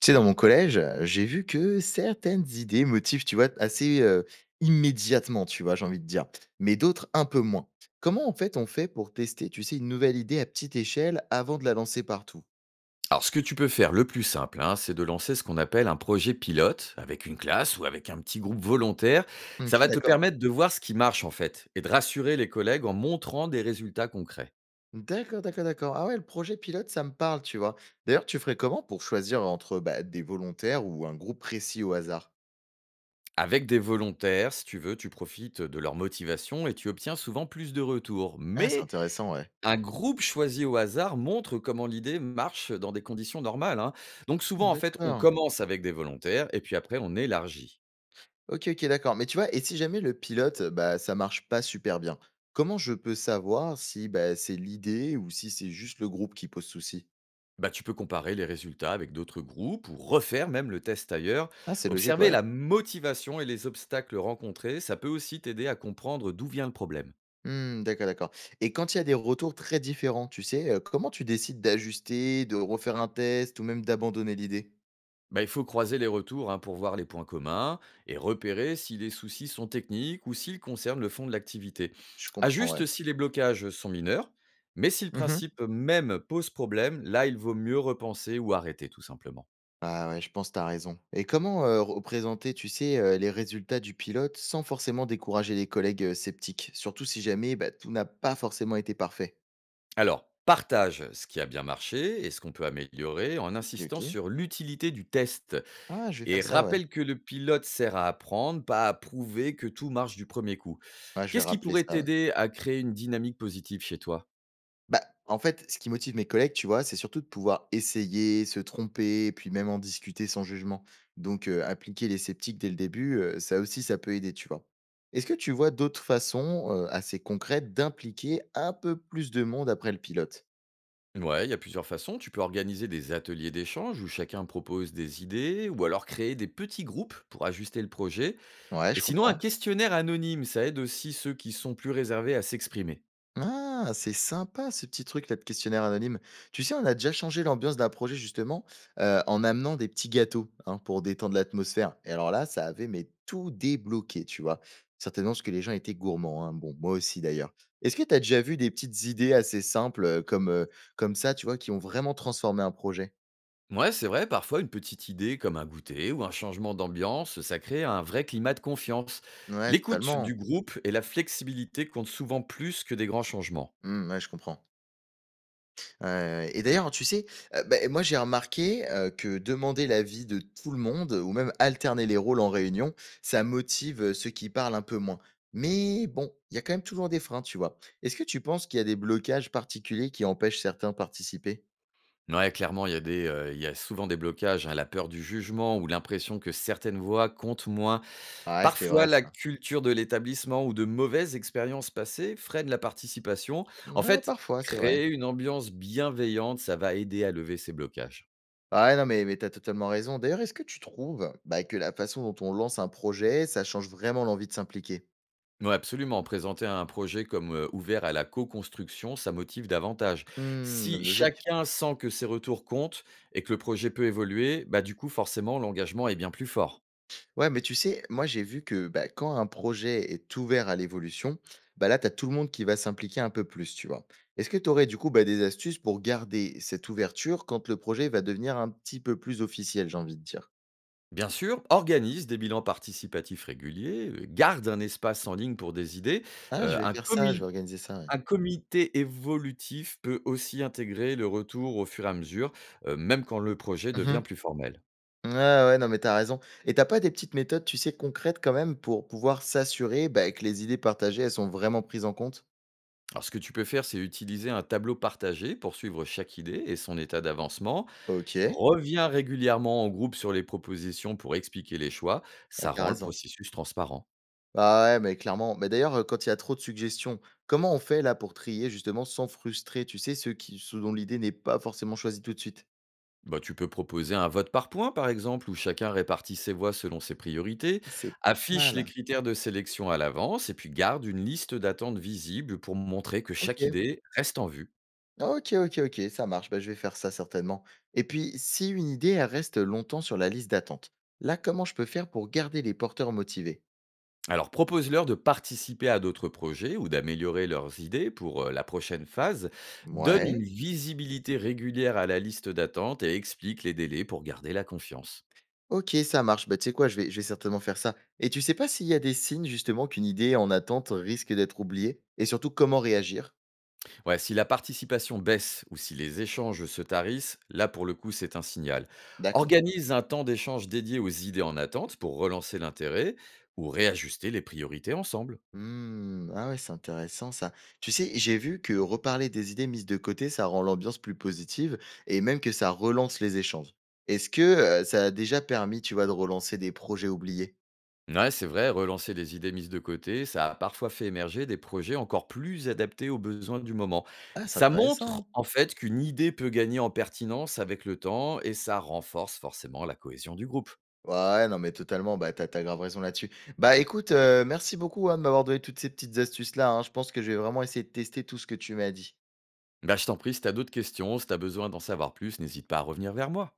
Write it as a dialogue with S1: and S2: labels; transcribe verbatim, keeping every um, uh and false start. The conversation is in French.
S1: Tu sais, dans mon collège, euh, j'ai vu que certaines idées motivent, tu vois, assez, heu, immédiatement, tu vois, j'ai envie de dire, mais d'autres un peu moins. Comment, en fait, on fait pour tester, tu sais, une nouvelle idée à petite échelle avant de la lancer partout?
S2: Alors, ce que tu peux faire le plus simple, hein, c'est de lancer ce qu'on appelle un projet pilote avec une classe ou avec un petit groupe volontaire. Ça
S1: OK,
S2: va te
S1: d'accord.
S2: permettre de voir ce qui marche en fait et de rassurer les collègues en montrant des résultats concrets.
S1: D'accord, d'accord, d'accord. Ah ouais, le projet pilote, ça me parle, tu vois? D'ailleurs, tu ferais comment pour choisir entre, bah, des volontaires ou un groupe précis au hasard?
S2: Avec des volontaires, si tu veux, tu profites de leur motivation et tu obtiens souvent plus de retours.
S1: Ah, c'est
S2: Mais
S1: intéressant, ouais.
S2: un groupe choisi au hasard montre comment l'idée marche dans des conditions normales, hein. Donc souvent, en fait, on
S1: D'accord.
S2: commence avec des volontaires et puis après, on élargit.
S1: OK, OK, d'accord. Mais tu vois, et si jamais le pilote, bah, ça marche pas super bien, comment je peux savoir si bah, c'est l'idée ou si c'est juste le groupe qui pose souci?
S2: Bah, tu peux comparer les résultats avec d'autres groupes ou refaire même le test ailleurs.
S1: Ah, c'est logique,
S2: Observer
S1: ouais.
S2: la motivation et les obstacles rencontrés, ça peut aussi t'aider à comprendre d'où vient le problème.
S1: Hmm, d'accord, d'accord. Et quand il y a des retours très différents, tu sais, euh, comment tu décides d'ajuster, de refaire un test ou même d'abandonner l'idée?
S2: Bah, il faut croiser les retours hein, pour voir les points communs et repérer si les soucis sont techniques ou s'ils concernent le fond de l'activité.
S1: Je comprends,
S2: Ajuste
S1: ouais.
S2: si les blocages sont mineurs, mais si le
S1: Mhm.
S2: principe même pose problème, là il vaut mieux repenser ou arrêter tout simplement.
S1: Ah ouais, je pense que t'as raison. Et comment euh, représenter, tu sais, euh, les résultats du pilote sans forcément décourager les collègues euh, sceptiques, surtout si jamais bah, tout n'a pas forcément été parfait?
S2: Alors, partage ce qui a bien marché et ce qu'on peut améliorer en
S1: Ok,
S2: insistant
S1: ok.
S2: sur l'utilité du test.
S1: Ah, je vais
S2: Et
S1: faire ça, ouais.
S2: rappelle que le pilote sert à apprendre, pas à prouver que tout marche du premier coup.
S1: Ouais, je vais
S2: Qu'est-ce qui
S1: rappeler
S2: pourrait
S1: ça, ouais.
S2: t'aider à créer une dynamique positive chez toi?
S1: Bah, en fait, ce qui motive mes collègues, tu vois, c'est surtout de pouvoir essayer, se tromper, et puis même en discuter sans jugement. Donc, euh, appliquer les sceptiques dès le début, euh, ça aussi, ça peut aider, tu vois. Est-ce que tu vois d'autres façons euh, assez concrètes d'impliquer un peu plus de monde après le pilote?
S2: Ouais, il y a plusieurs façons. Tu peux organiser des ateliers d'échange où chacun propose des idées, ou alors créer des petits groupes pour ajuster le projet.
S1: Ouais,
S2: Et
S1: je
S2: sinon, un
S1: comprends.
S2: questionnaire anonyme, ça aide aussi ceux qui sont plus réservés à s'exprimer.
S1: Ah, c'est sympa ce petit truc là de questionnaire anonyme. Tu sais, on a déjà changé l'ambiance d'un projet justement euh, en amenant des petits gâteaux hein, pour détendre l'atmosphère. Et alors là, ça avait mais tout débloqué, tu vois. Certainement parce que les gens étaient gourmands, hein. Bon, moi aussi d'ailleurs. Est-ce que tu as déjà vu des petites idées assez simples euh, comme, euh, comme ça, tu vois, qui ont vraiment transformé un projet?
S2: Ouais, c'est vrai, parfois une petite idée comme un goûter ou un changement d'ambiance, ça crée un vrai climat de confiance.
S1: Ouais,
S2: L'écoute du
S1: totalement.
S2: groupe et la flexibilité comptent souvent plus que des grands changements.
S1: Hmm, ouais, je comprends. Heu et d'ailleurs, tu sais, heu, beh, moi j'ai remarqué, heu, que demander l'avis de tout le monde ou même alterner les rôles en réunion, ça motive, heu, ceux qui parlent un peu moins. Mais bon, il y a quand même toujours des freins, tu vois? Est-ce que tu penses qu'il y a des blocages particuliers qui empêchent certains de participer?
S2: Ouais, clairement, il y, a des, euh, il y a souvent des blocages, hein, la peur du jugement ou l'impression que certaines voix comptent moins.
S1: Ah, c'est
S2: Parfois,
S1: vrai
S2: la
S1: ça.
S2: culture de l'établissement ou de mauvaises expériences passées freine la participation. En
S1: Ouais,
S2: fait,
S1: parfois, c'est vrai.
S2: créer une ambiance bienveillante, ça va aider à lever ces blocages.
S1: Ouais, non, mais mais tu totalement raison. D'ailleurs, est-ce que tu trouves, bah, que la façon dont on lance un projet, ça change vraiment l'envie de s'impliquer?
S2: Ouais, absolument. Présenter un projet comme, heu, ouvert à la co-construction, ça motive davantage.
S1: Mmh,
S2: Si
S1: logique.
S2: chacun sent que ses retours comptent et que le projet peut évoluer, bah, du coup, forcément, l'engagement est bien plus fort.
S1: Ouais, mais tu sais, moi j'ai vu que bah, quand un projet est ouvert à l'évolution, bah là, tu as tout le monde qui va s'impliquer un peu plus, tu vois. Est-ce que tu aurais du coup bah, des astuces pour garder cette ouverture quand le projet va devenir un petit peu plus officiel, j'ai envie de dire?
S2: Bien sûr, organise des bilans participatifs réguliers, heu, garde un espace en ligne pour des idées,
S1: Ah,
S2: heu,
S1: je vais
S2: un
S1: faire ça, je vais
S2: comi
S1: organiser ça, ouais.
S2: un comité évolutif peut aussi intégrer le retour au fur et à mesure, heu, même quand le projet devient
S1: Mhm.
S2: plus formel.
S1: Ouais, ouais, non, mais t'as raison. Et t'as pas des petites méthodes, tu sais, concrètes quand même pour pouvoir s'assurer bah, que les idées partagées, elles sont vraiment prises en compte?
S2: Alors ce que tu peux faire, c'est utiliser un tableau partagé pour suivre chaque idée et son état d'avancement.
S1: Ok,
S2: Reviens régulièrement en groupe sur les propositions pour expliquer les choix,
S1: ah,
S2: ça
S1: t'as
S2: rend le
S1: raison.
S2: processus transparent.
S1: Bah, ouais, mais clairement. Mais d'ailleurs, heu, quand il y a trop de suggestions, comment on fait là pour trier justement sans frustrer, tu sais, ceux qui ceux dont l'idée n'est pas forcément choisie tout de suite?
S2: Bah, tu peux proposer un vote par point, par exemple, où chacun répartit ses voix selon ses priorités,
S1: C'est pas
S2: affiche les
S1: là.
S2: critères de sélection à l'avance et puis garde une liste d'attentes visible pour montrer que chaque
S1: OK.
S2: idée reste en vue.
S1: OK, OK, OK, ça marche. Bah, je vais faire ça certainement. Et puis si une idée, elle reste longtemps sur la liste d'attente, là, comment je peux faire pour garder les porteurs motivés?
S2: Alors propose-leur de participer à d'autres projets ou d'améliorer leurs idées pour euh, la prochaine phase, donne une
S1: Ouais.
S2: visibilité régulière à la liste d'attente et explique les délais pour garder la confiance.
S1: OK, ça marche. Bah, tu sais quoi? Je vais je vais certainement faire ça. Et tu sais pas s'il y a des signes justement qu'une idée en attente risque d'être oubliée? Et surtout comment réagir?
S2: Ouais, si la participation baisse ou si les échanges se tarissent, là pour le coup c'est un signal.
S1: D'accord.
S2: Organise un temps d'échange dédié aux idées en attente pour relancer l'intérêt ou réajuster les priorités ensemble.
S1: Mmh. Ah ouais, c'est intéressant ça. Tu sais, j'ai vu que reparler des idées mises de côté, ça rend l'ambiance plus positive et même que ça relance les échanges. Est-ce que euh, ça a déjà permis, tu vois, de relancer des projets oubliés?
S2: Ouais, c'est vrai, relancer les idées mises de côté, ça a parfois fait émerger des projets encore plus adaptés aux besoins du moment.
S1: Ah, c'est
S2: Ça montre
S1: intéressant.
S2: en fait qu'une idée peut gagner en pertinence avec le temps et ça renforce forcément la cohésion du groupe.
S1: Ouais, non, mais totalement, bah, t'as, t'as grave raison là-dessus. Bah, écoute, euh, merci beaucoup hein, de m'avoir donné toutes ces petites astuces-là, hein. Je pense que je vais vraiment essayer de tester tout ce que tu m'as dit.
S2: Bah, je t'en prie, si t'as d'autres questions, si t'as besoin d'en savoir plus, n'hésite pas à revenir vers moi.